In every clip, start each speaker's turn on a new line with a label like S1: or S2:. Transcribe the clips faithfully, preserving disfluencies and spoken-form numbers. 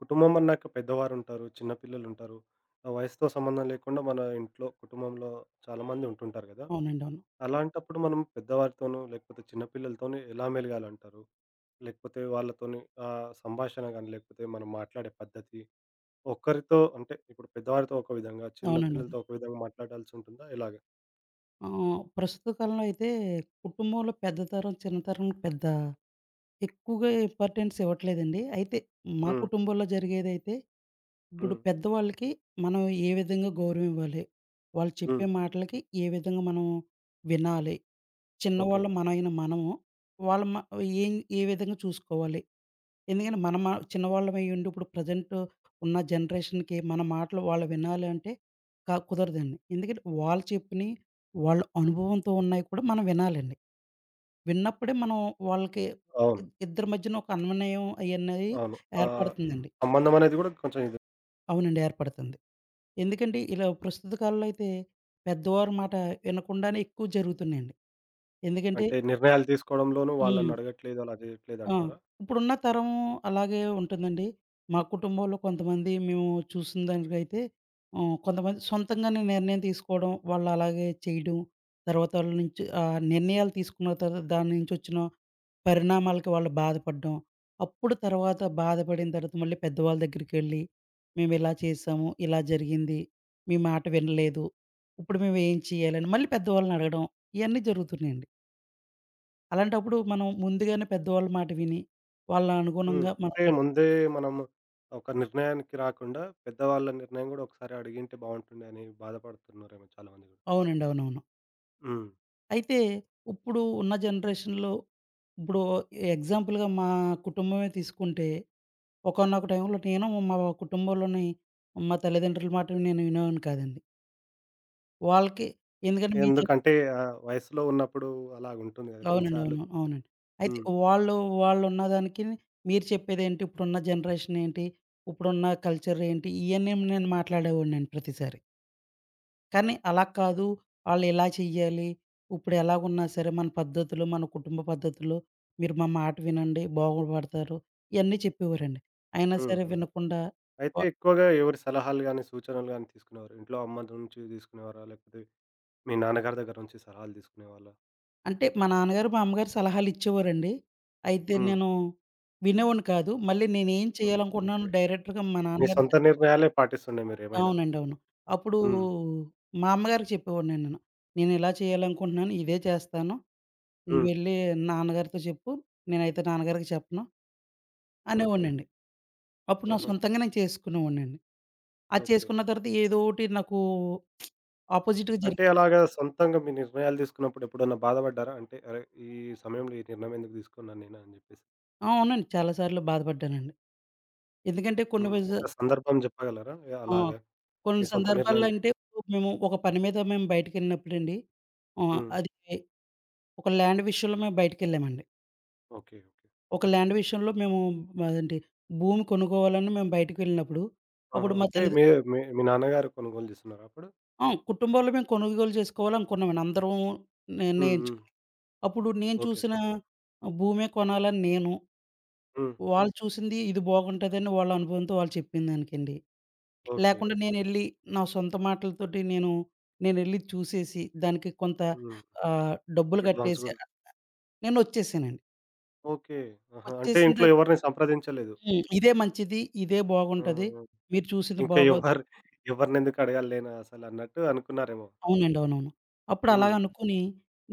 S1: కుటుంబం అన్నాక పెద్దవారుంటారు, చిన్న పిల్లలుంటారు. ఆ వయసుతో సంబంధం లేకుండా మన ఇంట్లో, కుటుంబంలో చాలామంది ఉంటుంటారు గదా!
S2: అవునండి. అవును.
S1: అలాంటప్పుడు మనం పెద్దవారితోనూ, లేకపోతే చిన్న పిల్లలతోని ఎలా మెలగాలంటారు? లేకపోతే వాళ్ళతోని ఆహ్, సంభాషణ గాని, లేకపోతే మనం మాట్లాడే పద్ధతి, ఒక్కరితో అంటే ఇప్పుడు పెద్దవారితో ఒక విధంగా, చిన్న
S2: అవునండి. అవును.
S1: పిల్లలతో ఒక విధంగా మాట్లాడాల్సుంటుందా? ఎలాగ?
S2: ఆహ్, ప్రస్తుత కాలంలో అయితే కుటుంబంలో పెద్ద తరం, చిన్న తరం పెద్ద ఎక్కువగా ఇంపార్టెన్స్ ఇవ్వట్లేదండి. అయితే మా హ్మ్.
S1: హ్మ్.
S2: కుటుంబంలో జరిగేదైతే, ఇప్పుడు
S1: హ్మ్.
S2: పెద్దవాళ్ళకి మనం ఏ విధంగా గౌరవం ఇవ్వాలి? వాళ్ళు
S1: హ్మ్.
S2: చెప్పే మాటలకి ఏ విధంగా మనం వినాలి?
S1: ఓకే.
S2: చిన్నవాళ్ళు మనమైన మనము, వాళ్ళ మ ఏం ఏ విధంగా చూసుకోవాలి? ఎందుకంటే మన మా చిన్నవాళ్ళమయ్యుండి ఇప్పుడు ప్రజెంట్ ఉన్న జనరేషన్‌కి మన మాటలు వాళ్ళు వినాలి అంటే క కుదరదండి. ఎందుకంటే వాళ్ళు చెప్పినయి, వాళ్ళ అనుభవంతో ఉన్నయి కూడా మనం వినాలండి. విన్నప్పుడే మనం వాళ్ళకి
S1: అవును.
S2: ఇద్ ఇద్దరి మధ్యన ఒక అన్వనయం అయన్నది
S1: అవును. ఆహ్,
S2: ఏర్పడుతుందండి.
S1: సంబంధం అనేది గూడా కొంచెం ఇది.
S2: అవునండి. ఏర్పడుతుంది. ఎందుకంటే ఇలా ప్రస్తుత కాలంలో అయితే పెద్దవారి మాట వినకుండానే ఎక్కువ జరుగుతున్నాయండి. ఎందుకంటే
S1: అంటే నిర్ణయాలు తీసుకోవడంలోనూ
S2: హ్మ్.
S1: వాళ్ళనడగట్లేదు, అలా
S2: ఆ!
S1: జేయట్లేదంటారా?
S2: ఇప్పుడున్న తరం అలాగే ఉంటుందండి. మా కుటుంబంలో కొంతమంది మేము చూసిన దానికైతే ఆహ్, కొంతమంది సొంతంగానే నిర్ణయం తీసుకోవడం, వాళ్ళు అలాగే చేయడం, తర్వాత వాళ్ళ నుంచి ఆ నిర్ణయాలు తీసుకున్న తర్వాత దాని నుంచి వచ్చిన పరిణామాలకి వాళ్ళు బాధపడడం. అప్పుడు తర్వాత బాధపడిన తర్వాత మళ్ళీ పెద్దవాళ్ళ దగ్గరికెళ్ళి, "మేము ఇలా చేశాము, ఇలా జరిగింది, మీ మాట వినలేదు, ఇప్పుడు మేము ఏం చేయాలని" మళ్ళీ పెద్దవాళ్ళని అడగడం ఇయన్నీ జరుగుతున్నాయండి. అలాంటప్పుడు మనం ముందుగానే పెద్దవాళ్ళ మాట విని, వాళ్ళ హ్మ్.
S1: హ్మ్.
S2: అనుగుణంగా మనం
S1: అంటే
S2: నడుచు
S1: ముందే మనం ఒక నిర్ణయానికి రాకుండా, పెద్దవాళ్ళ నిర్ణయం గూడా ఒకసారి అడిగింటే బావుంటుండే అని బాధపడుతున్నారేమో చాలామంది గూడా.
S2: అవునండి. అవునవును.
S1: హ్మ్.
S2: అయితే ఇప్పుడు ఉన్న జనరేషన్‌లో ఇప్పుడు ఎగ్జాంపుల్‌గా మా కుటుంబమే తీసుకుంటే, ఒకానొక టైంలో నేను మా కుటుంబంలోని మా తల్లిదండ్రుల మాట నేను వినేవాడిని కాదండి. వాళ్ళకి ఎందుకంటే మీ చెప్
S1: ఎందుకంటే ఆహ్, వయసులో ఉన్నప్పుడు అలాగుంటుంది గదా!
S2: అవునండి.
S1: కొన్నిసార్లు.
S2: అవును. అవునండి. అయితే
S1: హ్మ్.
S2: వాళ్ళు వాళ్ళున్నదానికి మీరు చెప్పేదేంటి? ఇప్పుడున్న జనరేషన్ ఏంటి? ఇప్పుడున్న కల్చర్ ఏంటి? ఇయన్నీ నేను మాట్లాడేవాడినండి ప్రతిసారి. కానీ అలా కాదు. ఆళ్ళిలా చెయ్యాలి. ఇప్పుడు ఎలాగున్నా సరే మన పద్ధతులు, మన కుటుంబ పద్ధతులు, మీరు మా మాట వినండి బాగుపడతారు. ఇయన్నీ చెప్పేవారండి. అయినా
S1: హ్మ్.
S2: సరే
S1: హ్మ్.
S2: వినకుండా
S1: అయితే
S2: వ
S1: ఎక్కువగా ఎవరి సలహాలు గాని, సూచనలు గాని తీసుకునేవారు? ఇంట్లో అమ్మ నుంచి తీసుకునేవారా? లేకపోతే మీ నాన్నగారి దగ్గర నుంచి సలహాలు తీసుకునేవాళ్ళా?
S2: అంటే మా నాన్నగారు, మా అమ్మగారు సలహాలిచ్చేవారండి. అయితే
S1: హ్మ్.
S2: నేను వినేవాడిని కాదు. మళ్ళీ నేనేం
S1: హ్మ్.
S2: చేయాలనుకుంటున్నానో
S1: ఓకే.
S2: డైరెక్ట్‌గా మా
S1: మీ
S2: నాన్నగారికి
S1: సొంత
S2: చెప్
S1: నిర్ణయాలే పాటిస్తుండే మీరేమైనా?
S2: అవునండి. అవును. అప్పుడు
S1: హ్మ్.
S2: మా అమ్మగారికి చెప్పేవాడినండి నేను. నేనిలా చేయాలనుకుంటున్నాను. ఇదే చేస్తాను.
S1: హ్మ్.
S2: నువ్వెళ్ళి నాన్నగారితో చెప్పు. నేనైతే నాన్నగారికి చెప్పను
S1: ఓకే.
S2: అనేవాడినండి. అప్పుడు నా
S1: ఆహా!
S2: సొంతంగా నేను చేసుకునేవాడినండి. అది
S1: ఓకే.
S2: చేసుకున్న తర్వాత ఏదోటి నాకు ఆపోజిట్‌గా
S1: అంటే
S2: జరిగి
S1: అలాగా సొంతంగా మీ నిర్ణయాలు తీసుకున్నప్పుడు ఎప్పుడన్నా బాధపడ్డారా? అంటే అరే! ఈ సమయంలో ఈ నిర్ణయం ఎందుకు తీసుకున్నాను నేను అని జెప్పేసి.
S2: ఆ! అవునండి. చాలా సార్లు బాధపడ్డానండి. ఎందుకంటే కొన్ని
S1: హ్మ్.
S2: రోజు
S1: ఒక సందర్భం జెప్పగలరా?
S2: ఆ!
S1: అలాగా మీ
S2: కొన్ని
S1: సొంత
S2: సందర్భాల్లో
S1: నిర్ణయం
S2: అంటే
S1: తీసుకుని?
S2: ఇప్పుడు మేము ఒక పని మీద మేము బయటికెళ్ళినప్పుడండి ఆహ్,
S1: హ్మ్.
S2: అది ఒక ల్యాండ్ విషయంలో మేము బయటికెళ్ళామండి.
S1: ఓకే. ఓకే.
S2: ఒక ల్యాండ్ విషయంలో మేము అదేంటి భూమి కొనుక్కోవాలని మేము బయటికెళ్ళినప్పుడు
S1: ఆహా!
S2: అప్పుడు మా
S1: అంటే
S2: తల్లిద
S1: మీ మీ మీ నాన్నగారు కొనుగోలు జేస్తున్నారా అప్పుడు?
S2: ఆ! కుటుంబంలో మేము కొనుగోలు చేసుకోవాలనుకున్నామండి. అందరం
S1: హ్మ్. హ్మ్.
S2: నిర్ణయించుకుని. అప్పుడు నేను
S1: ఓకే.
S2: చూసిన భూమే కొనాలని నేను
S1: హ్మ్.
S2: వాళ్ళు చూసింది ఇది బాగుంటదని వాళ్ళ అనుభవంతో వాళ్ళు చెప్పిన దానికండి.
S1: ఓకే.
S2: లేకుండా నేనెళ్ళి నా సొంత మాటలతోటి నేను నేనెళ్ళి చూసేసి దానికి కొంత
S1: హ్మ్.
S2: ఆహ్, డబ్బులు
S1: అడ్వాన్స్
S2: కట్టేసి
S1: గూడా.
S2: నేనొచ్చేసానండి.
S1: ఓకే. ఆహా! అంటే
S2: వచ్చేసిన
S1: ఇంట్లో
S2: తర్
S1: ఎవరిని సంప్రదించలేదు.
S2: హ్మ్. ఇదే మంచిది. ఇదే
S1: ఆ!
S2: బాగుంటది.
S1: ఆ!
S2: మీరు చూసింది
S1: ఇంకా
S2: బాగోదు
S1: ఎవరు ఎవరినెందుకు అడగాలి నేను అసలన్నట్టు అనుకున్నారేమో.
S2: అవునండి. అవునవును. అప్పుడు అలాగ
S1: హ్మ్.
S2: అనుకుని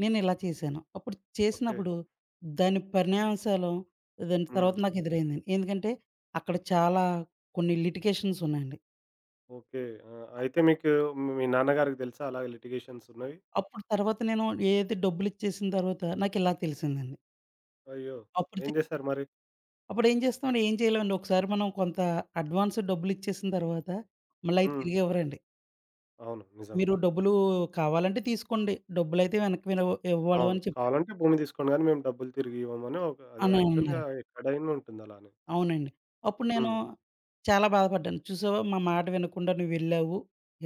S2: నేనిలా చేశాను. అప్పుడు
S1: ఓకే.
S2: చేసినప్పుడు దాని పరిణామాంశాలు దాని
S1: హ్మ్.
S2: తర్వాత నాకు ఎదురైందండి. ఎందుకంటే అక్కడ చాలా కొన్ని లిటిగేషన్స్ ఉన్నాయండి.
S1: ఓకే. ఆ! అయితే మీకు మీ నాన్నగారికి తెలుసా అలాగే లిటిగేషన్స్ ఉన్నవి?
S2: అప్పుడు తర్వాత నేను ఏదైతే డబ్బులిచ్చేసిన తర్వాత నాకిలా తెలిసిందండి.
S1: అయ్యో!
S2: అప్పుడు
S1: ఏం
S2: తె
S1: చేశారు మరి?
S2: అప్పుడేం చేస్తామండి, ఏం చేయలేమండి. ఒకసారి మనం కొంత అడ్వాన్స్ డబ్బులిచ్చేసిన తర్వాత మళ్ళీ అయి
S1: హ్మ్.
S2: తిరిగివ్వరండి.
S1: అవును. నిజమే.
S2: "మీరు డబ్బులు కావాలంటే తీసుకోండి. డబ్బులైతే వెనక్కి వినవ్ ఇవ్వడం"
S1: అవును.
S2: అని చెప్పారు.
S1: కావాలంటే భూమి తీసుకోండి గానీ మేము డబ్బులు తిరిగి ఇవ్వమని ఒక అది
S2: అని అన్నారు.
S1: యాక్చువల్‌గా ఎక్కడైనా ఉంటుంది అలానే.
S2: అవునండి. అప్పుడు నేను
S1: హ్మ్.
S2: చాలా బాధపడ్డాను. "చూసావా మా మాట వినకుండా నువ్వెళ్ళావు.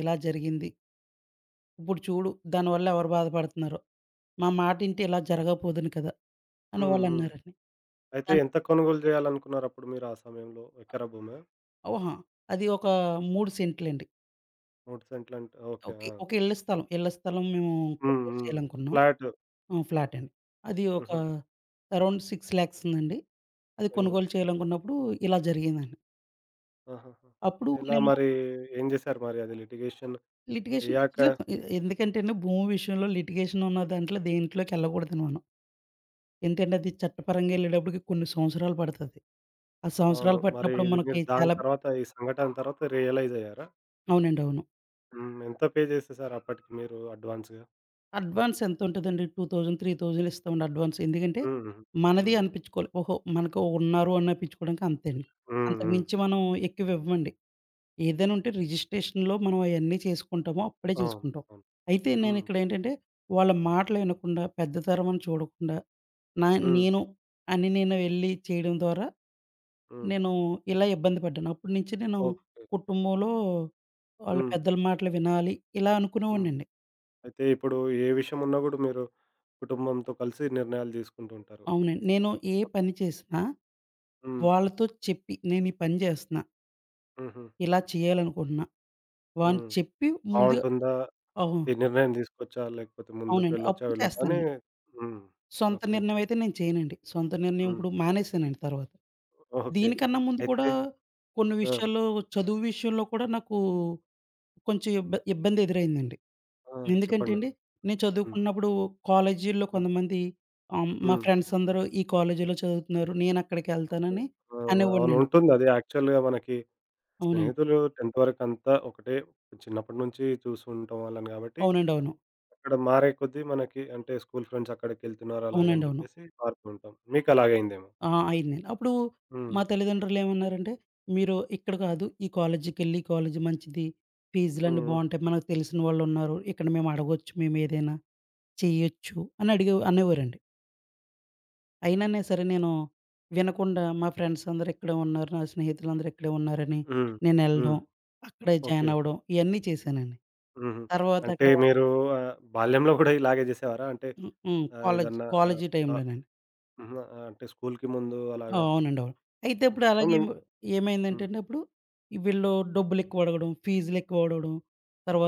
S2: ఇలా జరిగింది. ఇప్పుడు చూడు దానివల్ల ఎవరు బాధపడుతున్నారో. మా మాటింటే ఇలా జరగపోదును కదా!" అని
S1: హ్మ్. హ్మ్.
S2: వాళ్ళన్నారండి.
S1: అయితే
S2: దాని
S1: ఎంత కొనుగోలు చేయాలనుకున్నారప్పుడు మీరు ఆ సమయంలో? ఎకరా భూమా?
S2: ఓహా! అది ఒక మూడు సెంట్లండి.
S1: మూడు సెంట్లంటే ఓకే.
S2: ఓకే.
S1: ఆ!
S2: ఒక ఇళ్ల స్థలం. ఇళ్ల స్థలం మేము
S1: హ్మ్.
S2: కొనుగోలు
S1: హ్మ్.
S2: చేయాలనుకున్నాం.
S1: ఫ్లాట్.
S2: ఆ! ఫ్లాట్ అండి. అది ఒక
S1: హుహు.
S2: అరౌండ్ ఆరు లక్షలు ఉందండి. అది
S1: అయ్యో!
S2: కొనుగోలు చేయాలనుకున్నప్పుడు ఇలా జరిగిందండి.
S1: ఆహాహా!
S2: అప్పుడు
S1: ఎలా
S2: నేను
S1: మరి ఏం చేశారు మరి అది లిటిగేషన్
S2: లిటిగేషన్
S1: అయ్యాక?
S2: వదిలేసాను. ఎ ఎందుకంటే అండి భూమి విషయంలో లిటిగేషన్ ఉన్న దాంట్లో దేంట్లోకెళ్ళకూడదండి మనం. ఎందుకంటే అది చట్టపరంగా ఎళ్ళేటప్పటికి కొన్ని సంవత్సరాలు పడతది. ఆ
S1: అవును.
S2: సంవత్సరాలు
S1: మరి
S2: పట్టినప్పుడు
S1: ఇది
S2: మనకి
S1: మీరు దాని
S2: చాలా
S1: తర్వాత ఈ సంఘటన తర్వాత రియలైజ్ అయ్యారా?
S2: అవునండి. అవును.
S1: హ్మ్. ఎంత పే చేసేసారు అప్పటికి మీరు అడ్వాన్స్‌గా?
S2: అడ్వాన్స్ ఎంతుంటదండి? రెండు వేలు, మూడు వేలు ఇస్తామండి అడ్వాన్స్. ఎందుకంటే,
S1: హుహు.
S2: మనది
S1: హ్మ్.
S2: అనిపిచ్చుకోవాలి. ఓహో! మనకు ఉన్నారు అని అనిపిచ్చుకోవడానికి అంతే అండి.
S1: హ్మ్. హ్మ్.
S2: అంతకుమించి మనం ఎక్కువ ఇవ్వమండి. ఏదైనా ఉంటే రిజిస్ట్రేషన్‌లో మనం అయన్నీ చేసుకుంటామో అప్పుడే
S1: అవును.
S2: చేసుకుంటాం.
S1: అవును.
S2: అయితే
S1: హ్మ్.
S2: నేనిక్కడేంటంటే, వాళ్ళ మాటలు వినకుండా, పెద్దతరం అని చూడకుండా, నా
S1: హ్మ్.
S2: నేను అని నేను వెళ్లి చేయడం ద్వారా
S1: హ్మ్.
S2: నేను ఇలా ఇబ్బంది పడ్డాను. అప్పటి నుంచి నేను
S1: ఓకే.
S2: కుటుంబంలో వాళ్ళ
S1: హ్మ్.
S2: పెద్దల మాటలు వినాలి ఇలా
S1: హ్మ్.
S2: అనుకునేవాడినండి.
S1: అయితే ఇప్పుడు ఏ విషయం ఉన్నా గూడా మీరు కుటుంబంతో కలిసి నిర్ణయాలు తీసుకుంటూ ఉంటారు.
S2: అవునండి. నేను ఏ పని చేసినా
S1: హ్మ్.
S2: వాళ్ళతో చెప్పి నేను ఈ పని చేస్తున్నా.
S1: హుహు.
S2: ఇలా చేయాలనుకుంటున్నా. వాని
S1: హ్మ్.
S2: చెప్పి ముందు
S1: బావుంటుందా?
S2: అవును.
S1: ఈ నిర్ణయం తీసుకొచ్చా? లేకపోతే ముందుకు
S2: అవునండి.
S1: వెళ్ళొచ్చా?
S2: అప్పుడు
S1: వెళ్ళొద్దా? అని
S2: చేస్తానండి.
S1: హ్మ్.
S2: సొంత
S1: ఓకే.
S2: నిర్ణయం అయితే నేను చేయనండి. సొంత నిర్ణయం
S1: హ్మ్.
S2: ఇప్పుడు మానేసానండి తర్వాత.
S1: ఓకే.
S2: దీనికన్నా ముందు కూడా
S1: అయితే
S2: కొన్ని
S1: ఆ!
S2: విషయాల్లో చదువు విషయంలో కూడా నాకు కొంచెం ఇబ్బ ఇబ్బంది ఎదురైందండి.
S1: ఆ!
S2: ఎందుకంటే అండి
S1: చెప్పండది.
S2: నేను
S1: హ్మ్.
S2: చదువుకున్నప్పుడు కాలేజీల్లో
S1: హ్మ్.
S2: కొంతమంది ఆహ్, మా
S1: హ్మ్.
S2: ఫ్రెండ్స్ అందరూ ఈ కాలేజీలో చదువుతున్నారు.
S1: ఓకే.
S2: నేనక్కడికెళ్తానని
S1: ఆ! అవును.
S2: అనేవాడినండి.
S1: ఉంటుంది. అది యాక్చువల్‌గా మనకి
S2: అవునండి.
S1: స్నేహితులు పదో వరకంతా ఒకటే చిన్నప్పటి నుంచి చూస్తూ ఉంటాం వాళ్ళని గాబట్టి,
S2: అవునండి. అవును.
S1: అక్కడ మారే కొద్దీ మనకి అంటే స్కూల్ ఫ్రెండ్స్ అక్కడికెళ్తున్నారు
S2: అవునండి.
S1: అలాగని
S2: అవును.
S1: జెప్పేసి మారుతూ ఉంటాం. మీకు అలాగే అయిందేమో.
S2: ఆ! ఐదు నెలలు. అప్పుడు
S1: హ్మ్.
S2: మా తల్లిదండ్రులేమన్నారంటే, "మీరు ఇక్కడ కాదు, ఈ కాలేజీకెళ్ళి, ఈ కాలేజీ మంచిది. ఫీజులన్నీ
S1: హ్మ్.
S2: బావుంటాయి. మనకు తెలిసిన వాళ్ళున్నారు. ఇక్కడ మేము అడగొచ్చు. మేమేదైనా చెయ్యొచ్చు" అని అడిగే అనేవారండి. అయిననే సరే నేను వినకుండా మా ఫ్రెండ్స్ అందరూ ఇక్కడే ఉన్నారు. నా స్నేహితులందరూ ఇక్కడే ఉన్నారని
S1: హ్మ్.
S2: నేనెళ్ళడం,
S1: హ్మ్.
S2: అక్కడే జాయిన్
S1: ఓకే.
S2: అవ్వడం ఇయన్నీ చేశానండి.
S1: హుహు.
S2: తర్వాత అక్కడ
S1: అంటే మీరు ఆహ్, బాల్యంలో గూడా ఇలాగే జేసేవారా? అంటే
S2: హ్మ్. హ్మ్.
S1: ఆహ్,
S2: కాలేజీ,
S1: ఏదన్నా ఆహ్,
S2: కాలేజీ
S1: క
S2: టైంలోనండి.
S1: హుహు. ఆహ్, అంటే స్కూల్‌కి ముందు
S2: ఆ!
S1: అలాగా
S2: అవునండి. అవును. అయితే ఇప్పుడు
S1: మొత్తం
S2: అలాగే ఏం
S1: హ్మ్.
S2: ఏమైందంటేండి అప్పుడు, వీళ్ళు డబ్బులెక్కువ అడగడం, ఫీజులెక్కువ అడగడం,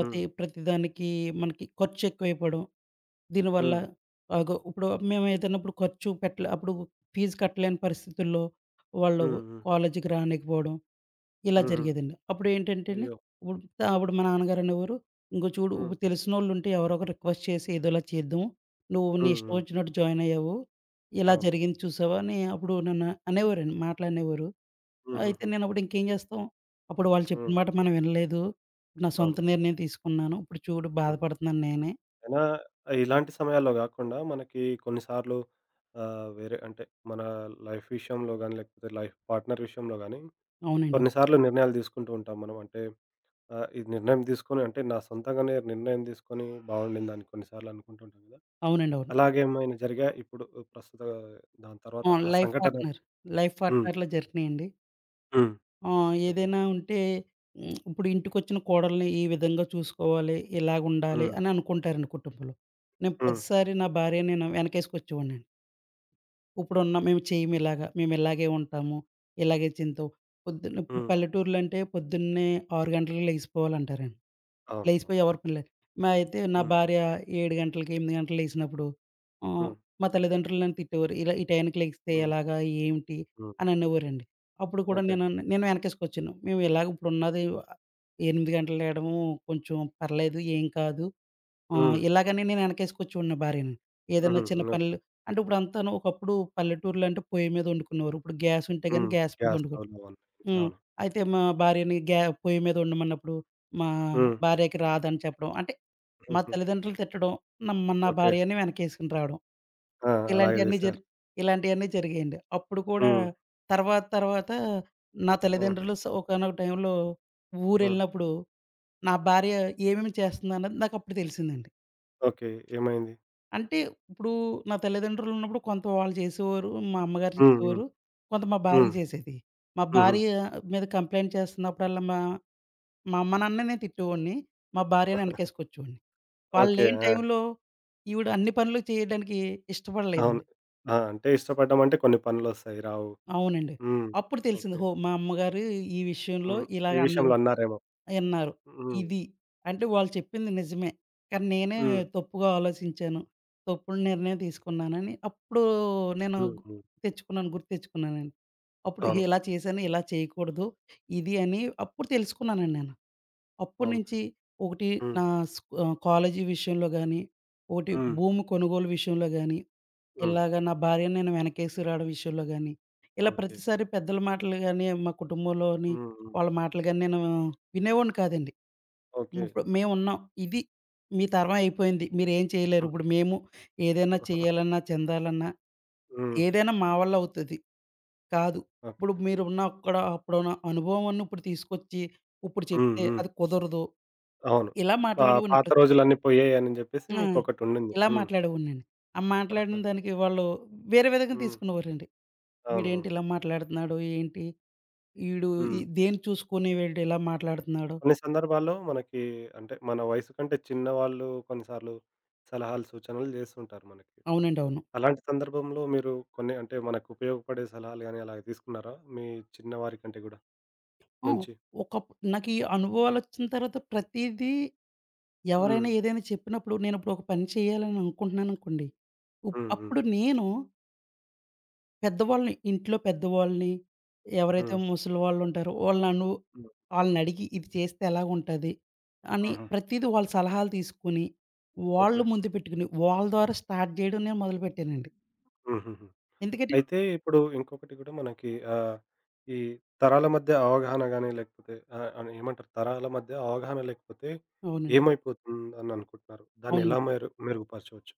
S1: హ్మ్. హ్మ్.
S2: ఈ ప్రతిదానికి మనకి ఖర్చెక్కువైపోవడం. దీనివల్ల
S1: హ్మ్.
S2: అగో ఇప్పుడు మేమేదైనా ఇప్పుడు ఖర్చు పెట్టలే అప్పుడు ఫీజు కట్టలేని పరిస్థితుల్లో వాళ్ళు
S1: హ్మ్. హ్మ్.
S2: కాలేజీకి రానికపోవడం, ఇలా
S1: హుహు.
S2: జరిగేదండి. అప్పుడేంటంటేండి,
S1: అయ్యో!
S2: ఇప్పుడు త అప్పుడు మా నాన్నగారనేవారు, "ఇంగో చూడు
S1: హ్మ్.
S2: ఇప్పుడు తెలిసినోళ్ళుంటే ఎవరో ఒకరు రిక్వెస్ట్ చేసి ఏదోలా చేద్దాం. నువ్వు నీ
S1: హ్మ్.
S2: ఇష్టం
S1: హ్మ్.
S2: ఒచ్చినట్టు జాయిన్ అయ్యావు. ఇలా
S1: అవును.
S2: జరిగింది చూసావా" అని అప్పుడు నన్ను అనేవారండి. మాటలనేవారు. అయితే
S1: హుహుహు.
S2: నేనప్పుడు ఇంకేం జేస్తాం, అప్పుడు వాళ్ళు చెప్పిన
S1: హ్మ్.
S2: మాట మనం వినలేదు. నా సొంత
S1: అవును.
S2: నిర్ణయం తీసుకున్నాను. ఇప్పుడు చూడు
S1: హ్మ్.
S2: బాధపడుతున్నాను నేనే.
S1: అయినా ఇలాంటి సమయాల్లో గాకుండా మనకి కొన్నిసార్లు ఆహ్, వేరే అంటే మన లైఫ్ విషయంలో గాని, లేకపోతే లైఫ్ పార్ట్నర్ విషయంలో గాని
S2: అవునండి. అవును.
S1: కొన్నిసార్లు నిర్ణయాలు తీసుకుంటూ ఉంటాం మనం. అంటే ఆహ్, ఈ నిర్ణయం తీసుకొని అంటే నా సొంతంగానే నిర్ణయం తీసుకొని బాగుండిందని కొన్నిసార్లు అనుకుంటూ ఉంటాం కదా!
S2: అవునండి. అవును.
S1: అలాగేమైనా జరిగాయా? ఇప్పుడు ప్రస్తుత దాని తర్వాత
S2: అవును.
S1: ఆ
S2: లైఫ్
S1: సంఘటన
S2: పార్ట్‌నర్. లైఫ్
S1: హ్మ్.
S2: పార్ట్‌నర్‌లో జరిగినియండి.
S1: హ్మ్.
S2: ఆ!
S1: చెప్పండి.
S2: ఏదైనా ఉంటే హ్మ్. ఇప్పుడు ఇంటికొచ్చిన కోడల్ని ఈ విధంగా చూసుకోవాలి, ఇలాగుండాలి
S1: హ్మ్.
S2: అని అనుకుంటారండి కుటుంబంలో. నేను
S1: హ్మ్.
S2: ప్రతిసారి నా భార్య నేను వెనకేసుకొచ్చేవాడినండి. ఇప్పుడున్న మేము చేయము ఇలాగ. మేము ఇలాగే ఉంటాము. ఇలాగే చింతాం. పొద్దున్న ఇప్పుడు
S1: హ్మ్.
S2: పల్లెటూర్లంటే పొద్దున్నే ఆరు గంటలకు లెగిసిపోవాలంటారండి.
S1: అవును. అవును.
S2: లేసిపోయి ఎవరి పనిలే మా అయితే నా
S1: హ్మ్.
S2: భార్య ఏడు గంటలకి, ఎనిమిది గంటలకి లేసినప్పుడు ఆహ్,
S1: హ్మ్.
S2: మా తల్లిదండ్రులు నన్ను తిట్టేవారు. ఇలా ఈ టైంకి లెగిస్తే
S1: హ్మ్. హ్మ్.
S2: ఎలాగా? ఏంటి?
S1: హ్మ్.
S2: అని అనేవారండి. అప్పుడు కూడా
S1: ఓకే.
S2: నేను అన్ నేను వెనకేసుకొచ్చాను. మేము ఇలాగ ఇప్పుడున్నది ఎనిమిది గంటలు లేయడము కొంచెం పర్లేదు ఏం కాదు. ఆహ్,
S1: హ్మ్.
S2: ఇలాగని నేను వెనకేసుకొచ్చేవాడిని నా భార్యని. ఏదైనా
S1: హుహు.
S2: చిన్న
S1: ఓకే.
S2: పనులు అంటే ఇప్పుడంతాను ఒకప్పుడు పల్లెటూర్లో అంటే పొయ్యి మీద వండుకునేవారు. ఇప్పుడు గ్యాస్ ఉంటే గాని
S1: హ్మ్.
S2: గ్యాస్ మీద
S1: గ్యాస్
S2: వండుకుంటున్నారు.
S1: స్టవ్‌లు అవన్నీ.
S2: హ్మ్.
S1: అవును.
S2: అయితే మా భార్యని గ్యా పొయ్యి మీద వండమన్నప్పుడు, మా
S1: హ్మ్.
S2: భార్యకి రాదని చెప్పడం. అంటే మా
S1: హుహు.
S2: తల్లిదండ్రులు తిట్టడం, న మ నా
S1: ఓకే.
S2: భార్యని వెనకేసుకొని రావడం.
S1: ఆ! అలాగే
S2: ఇలాంటియన్నీ
S1: చేశారు.
S2: జరి ఇలాంటియన్నీ జరిగాయండి. అప్పుడు కూడా
S1: హ్మ్.
S2: తర్వాత తర్వాత నా
S1: ఆ!
S2: తల్లిదండ్రులు స ఒకానొక టైంలో
S1: ఆ!
S2: ఊరెళ్ళినప్పుడు, నా భార్య ఏమేమి చేస్తుందన్నది నాకప్పుడు తెలిసిందండి.
S1: ఓకే. ఏమైంది?
S2: అంటే ఇప్పుడు నా తల్లిదండ్రులున్నప్పుడు కొంత వాళ్ళు చేసేవారు, మా అమ్మగారు
S1: హ్మ్. హ్మ్.
S2: చేసేవారు, కొంత మా భార్య
S1: హ్మ్.
S2: చేసేది. మా
S1: హుహు.
S2: భార్య మీద కంప్లెయింట్ చేస్తున్నప్పుడల్లా మా మా అమ్మ, నాన్నని నేను తిట్టేవాడిని. మా భార్యని వెనకేసుకొచ్చేవాడిని. వాళ్ళు
S1: ఓకే.
S2: లేని
S1: ఆ!
S2: టైంలో ఈవిడ అన్ని పనులు చేయడానికి
S1: అవును.
S2: ఇష్టపడలేదండి.
S1: ఆ! అంటే ఇష్టపడ్డం అంటే కొన్ని పనులొస్తాయి. రావు.
S2: అవునండి.
S1: హ్మ్.
S2: అప్పుడు తెలిసింది.
S1: ఓకే.
S2: ఓహో! మా అమ్మగారు ఈ విషయంలో
S1: హ్మ్. ఈ
S2: ఇలాగ
S1: విషయంలో
S2: అనేవారు
S1: అన్నారేమో.
S2: అన్నారు.
S1: హ్మ్.
S2: ఇది అంటే వాళ్ళు చెప్పింది నిజమే. కానీ నేనే
S1: హ్మ్.
S2: తప్పుగా ఆలోచించాను. తప్పుడు నిర్ణయం తీసుకున్నానని అప్పుడు నేను
S1: హ్మ్.
S2: గు-
S1: హ్మ్.
S2: తెచ్చుకున్నాను. గుర్తు తెచ్చుకున్నానండి. అప్పుడు
S1: అవును.
S2: ఇలా చేశాను, ఇలా చేయకూడదు ఇది అని అప్పుడు తెలుసుకున్నానండి నేను.
S1: అవును.
S2: అప్పటినుంచి ఒకటి
S1: హ్మ్.
S2: నా స్క్ ఆహ్, కాలేజీ విషయంలో గాని, ఒకటి
S1: హ్మ్.
S2: భూమి కొనుగోలు విషయంలో గాని,
S1: హ్మ్.
S2: ఇలాగ నా భార్యని నేను వెనకేసుకు రావడం విషయంలో గాని, ఇలా
S1: ఓకే.
S2: ప్రతిసారి పెద్దల మాటలు గాని, మా కుటుంబంలోని
S1: హ్మ్. హ్మ్.
S2: వాళ్ళ మాటలు గాని నేను వినేవాడిని కాదండి.
S1: ఓకే.
S2: ఇప్పుడు మేమున్నాం. ఇది మీ తరం అయిపోయింది. మీరేం చేయలేరు.
S1: హ్మ్.
S2: ఇప్పుడు మేము ఏదైనా చేయాలన్నా, చెందాలన్నా
S1: హ్మ్.
S2: ఏదైనా మా వల్ల అవుతది. కాదు.
S1: ఓకే.
S2: ఇప్పుడు మీరున్న అక్కడ అప్పుడున్న అనుభవాన్ని ఇప్పుడు తీసుకొచ్చి, ఇప్పుడు
S1: హ్మ్.
S2: చెప్తే
S1: హ్మ్.
S2: అది కుదరదు.
S1: అవును.
S2: ఇలా
S1: పా
S2: మాట్లాడేవాడిని
S1: పాత
S2: ప్రతి
S1: రోజులన్నీ పోయాయని జెప్పేసి
S2: ఆ!
S1: మీకొకటుండింది.
S2: ఇలా
S1: హ్మ్.
S2: మాట్లాడేవాడినండి. ఆ మాట్లాడిన దానికి వాళ్ళు వేరే విధంగా
S1: హ్మ్.
S2: తీసుకునేవారండి. వీడేంటి
S1: అవునవును.
S2: ఇలా మాట్లాడుతున్నాడు? ఏంటి? ఈడు ఈ
S1: హ్మ్.
S2: దేన్ని చూసుకొని వీడు ఇలా మాట్లాడుతున్నాడు?
S1: కొన్ని సందర్భాల్లో మనకి అంటే, మన వయసు కంటే చిన్న వాళ్ళు కొన్నిసార్లు సలహాలు, సూచనలు జేస్తుంటారు మనకి.
S2: అవునండి. అవును.
S1: అలాంటి సందర్భంలో మీరు కొన్ని అంటే, మనకు ఉపయోగపడే సలహాలు గాని అలాగ తీసుకున్నారా? మీ చిన్నవారి కంటే గూడా
S2: హ్మ్.
S1: నుంచి?
S2: ఒకప్ నాకు ఈ అనుభవాలొచ్చిన తర్వాత ప్రతీదీ
S1: హ్మ్.
S2: ఎవరైనా ఏదైనా చెప్పినప్పుడు నేనిప్పుడు ఒక పని చేయాలని అనుకుంటున్నాననుకోండి. ఉప్
S1: హ్మ్. హ్మ్.
S2: అప్పుడు నేను పెద్దవాళ్ళని, ఇంట్లో పెద్దవాళ్ళని, ఎవరైతే
S1: హ్మ్.
S2: ముసలివాళ్ళుంటారో వాళ్ళను
S1: హ్మ్.
S2: ఆళ్ళనడిగి ఇది చేస్తే ఎలాగుంటది? అని
S1: ఆహా!
S2: ప్రతీదీ వాళ్ళ సలహాలు తీసుకొని, వాళ్ళు
S1: ఓకే.
S2: ముందు పెట్టుకుని, వాళ్ళ ద్వారా స్టార్ట్ జేయడం నేను మొదలుపెట్టానండి.
S1: హుహుహు.
S2: ఎందుకంటే
S1: అయితే ఇప్పుడు ఇంకొకటి గూడా మనకి ఆహ్, ఈ తరాల మధ్య అవగాహన గాని లేకపోతే ఆహ్, అని ఏమంటారు తరాల మధ్య అవగాహన లేకపోతే
S2: అవునండి.
S1: ఏమైపోతుందని అనుకుంటున్నారు? దాన్ని ఎలా
S2: అవునండి.
S1: మెరు మెరుగుపరచవచ్చు?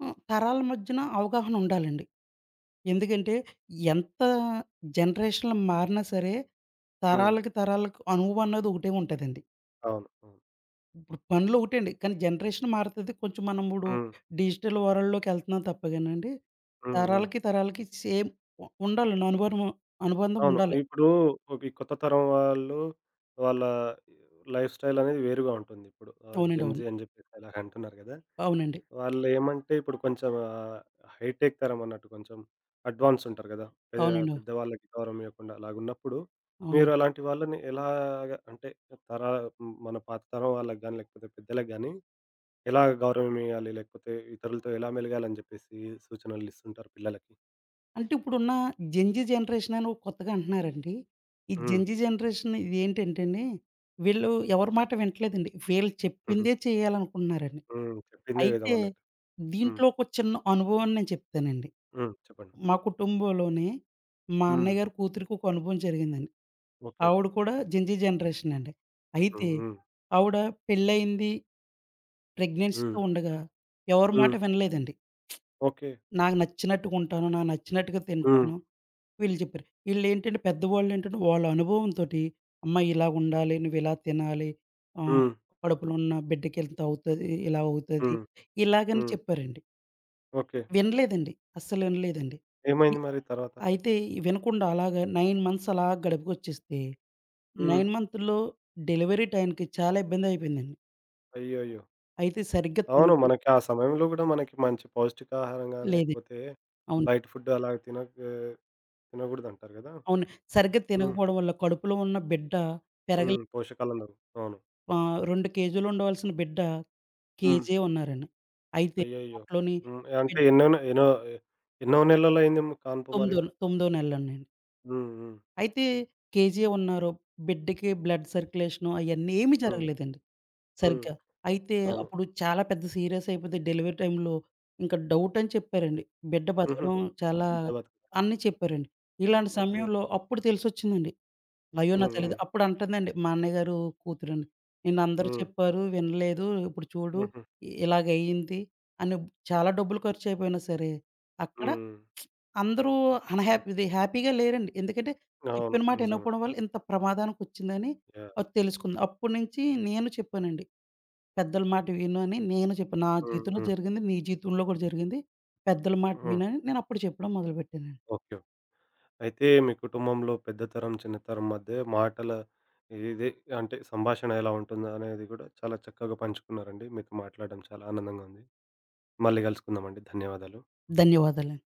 S2: హ్మ్. తరాల మధ్యన అవగాహన ఉండాలండి. ఎందుకంటే ఎంత జనరేషన్‌లు మారినా సరే,
S1: హ్మ్.
S2: తరాలకి, తరాలకు అనువువన్నది ఒకటే ఉంటదండి.
S1: అవును. అవును.
S2: ఇప్పుడు పనులు ఒకటండి. కానీ జనరేషన్ మారుతది. కొంచెం మనం ఇప్పుడు
S1: హ్మ్.
S2: డిజిటల్ వరల్డ్‌లోకి ఎళ్తున్నాం తప్పగానండి.
S1: హ్మ్. హ్మ్.
S2: తరాలకి, తరాలకి సేమ్ ఉ ఉండాలండి అనుబంధం అనుబంధం
S1: అవును.
S2: ఉండాలి.
S1: ఇప్పుడు ఒక ఈ కొత్త తరం వాళ్ళు వాళ్ళ లైఫ్ స్టైల్ అనేది వేరుగా ఉంటుంది. ఇప్పుడు ఆహ్,
S2: అవునండి. అవును.
S1: జెన్‌జీ అని చెప్పేసి అలాగ అంటున్నారు కదా!
S2: అవునండి.
S1: వాళ్ళేమంటే ఇప్పుడు కొంచెం ఆహ్, హైటెక్ తరం అన్నట్టు కొంచెం అడ్వాన్స్ ఉంటారు కదా! పె
S2: అవునండి.
S1: పెద్దవాళ్ళకి గౌరవం ఇవ్వకుండా అలాగున్నప్పుడు మీరు
S2: అవునండి.
S1: అలాంటి వాళ్ళని ఎలాగా అంటే తర మన పాత తరం వాళ్ళకి గాని లేకపోతే పెద్దలకి గాని ఎలా గౌరవం ఇయ్యాలి? లేకపోతే ఇతరులతో ఎలా మెలగాలని చెప్పేసి సూచనలు ఇస్తుంటారు పిల్లలకి?
S2: అంటే ఇప్పుడున్న జెన్‌జీ జనరేషన్ అని ఒక కొత్తగా అంటున్నారండి. ఈ
S1: హ్మ్.
S2: జెన్‌జీ జనరేషన్ ఇదేంటంటేండి, వీళ్ళు ఎవరి మాట వింటలేదండి. వీళ్ళు
S1: హుహు.
S2: చెప్పిందే చేయాలనుకుంటున్నారండి.
S1: హ్మ్. చెప్పిందే వేదం
S2: అయితే
S1: అన్నట్టు. హ్మ్.
S2: దీంట్లో ఒక చిన్న అనుభవాన్ని నేను చెప్తానండి.
S1: హ్మ్. చెప్పండి.
S2: మా కుటుంబంలోనే మా
S1: హ్మ్.
S2: అన్నయ్య గారి కూతురికి ఒక అనుభవం జరిగిందండి.
S1: ఓకే.
S2: ఆవిడ కూడా జెన్‌జీ జనరేషన్ అండి. అయితే
S1: హ్మ్. హ్మ్.
S2: ఆవిడ పెళ్లయింది
S1: హ్మ్.
S2: ప్రెగ్నెన్సీతో ఉండగా ఎవరి మాట
S1: హ్మ్.
S2: వినలేదండి.
S1: ఓకే.
S2: నాకు నచ్చినట్టుగా ఉంటాను, నాకు నచ్చినట్టుగా
S1: హ్మ్.
S2: తింటాను వీళ్ళు చెప్పారు. ఈళ్ళేంటంటే పెద్దవాళ్ళేంటంటే వాళ్ళ అనుభవంతోటి అమ్మా ఇలా ఉండాలి, నువ్విలా తినాలి, ఆహ్,
S1: హ్మ్.
S2: కడుపులో ఉన్న బిడ్డకి ఇంత అవుతది, ఇలా అవుతది
S1: హ్మ్.
S2: ఇలాగని
S1: హ్మ్.
S2: చెప్పారండి.
S1: ఓకే.
S2: వినలేదండి. అస్సలు వినలేదండి. ఇ
S1: ఏమైంది మరి తర్వాత?
S2: అయితే వినకుండా అలాగా తొమ్మిది మంత్స్ అలా గడిపుకొచ్చేస్తే,
S1: హ్మ్.
S2: తొమ్మిది మంత్‌లో డెలివరీ టైంకి చాలా ఇబ్బందయిపోయిందండి.
S1: అయ్యయ్యో!
S2: అయితే సరిగ్గా
S1: అవును.
S2: తినకుం
S1: మనకి ఆ సమయంలో గూడా మనకి మంచి పౌష్టికాహారం గాని,
S2: లేదండి.
S1: లేకపోతే
S2: అవును.
S1: బయట ఫుడ్ అలాగ తినక తినగూడదంటారు గదా!
S2: అవును. సరిగ్గా
S1: హ్మ్.
S2: తినకపోవడం వల్ల కడుపులో ఉన్న బిడ్డ పెరగలే
S1: హ్మ్. పోషకాలుండవు. అవును.
S2: ఆహ్, రెండు కేజీలు ఉండవలసిన బిడ్డ
S1: హ్మ్.
S2: కేజే ఉన్నారండి. అయితే
S1: అయ్యయ్యో!
S2: దాంట్లోని
S1: హ్మ్. అంటే
S2: బిడ్
S1: ఎన్నోన ఎన్నో ఎన్నో
S2: తొమ్మిదో
S1: నెలలయింది కాన్పు మరి?
S2: తొమ్మిదో తొమ్మిదో నెలలోనండి.
S1: హ్మ్. హ్మ్.
S2: అయితే కేజీ ఉన్నారు. బిడ్డకి బ్లడ్ సర్క్యులేషను అయన్నీ ఏమీ
S1: హ్మ్.
S2: జరగలేదండి.
S1: హ్మ్.
S2: సరిగ్గా. అయితే
S1: అవును.
S2: అప్పుడు చాలా పెద్ద సీరియస్ అయిపోతే డెలివరీ టైమ్‌లో ఇంకా డౌట్ అని చెప్పారండి. బిడ్డ
S1: హుహు.
S2: బతకడం చాలా
S1: బిడ్డ బతికిందా?
S2: అన్నీ చెప్పారండి. ఇలాంటి
S1: ఓకే.
S2: సమయంలో అప్పుడు తెలిసొచ్చిందండి. అయ్యో! నా
S1: హ్మ్.
S2: తల్లిద
S1: హ్మ్.
S2: అప్పుడు అంటుందండి మా అన్నయ్య గారు కూతురండి. నిన్నందరూ
S1: హ్మ్.
S2: చెప్పారు వినలేదు. ఇప్పుడు చూడు
S1: హుహు.
S2: ఇలాగయింది అని చాలా డబ్బులు ఖర్చయిపోయినా సరే, అక్కడ
S1: హ్మ్.
S2: అందరూ అన్‌హ్యాపీ ఇది హ్యాపీగా లేరండి. ఎందుకంటే
S1: అవును.
S2: చెప్పిన మాట
S1: నిజమే.
S2: వినకపోవడం వల్ల ఇంత ప్రమాదానికొచ్చిందని
S1: యాహ్!
S2: అది తెలుసుకుంది. అప్పటి నుంచి నేను చెప్పానండి. పెద్దల మాట విను అని నేను చెప్పాను. నా
S1: హ్మ్.
S2: జీవితంలో
S1: హ్మ్.
S2: జరిగింది, నీ జీవితంలో కూడా జరిగింది. పెద్దల మాట
S1: హ్మ్.
S2: విను అని నేనప్పుడు చెప్పడం మొదలుపెట్టానండి.
S1: ఓకే. అయితే మీ కుటుంబంలో పెద్ద తరం, చిన్న తరం మధ్య మాటల ఇది అంటే సంభాషణ ఎలా ఉంటుందనేది గూడా చాలా చక్కగా పంచుకున్నారండి. మీతో మాట్లాడడం చాలా ఆనందంగా ఉంది. మళ్ళీ గలుసుకుందామండి. ధన్యవాదాలు.
S2: ధన్యవాదాలండి.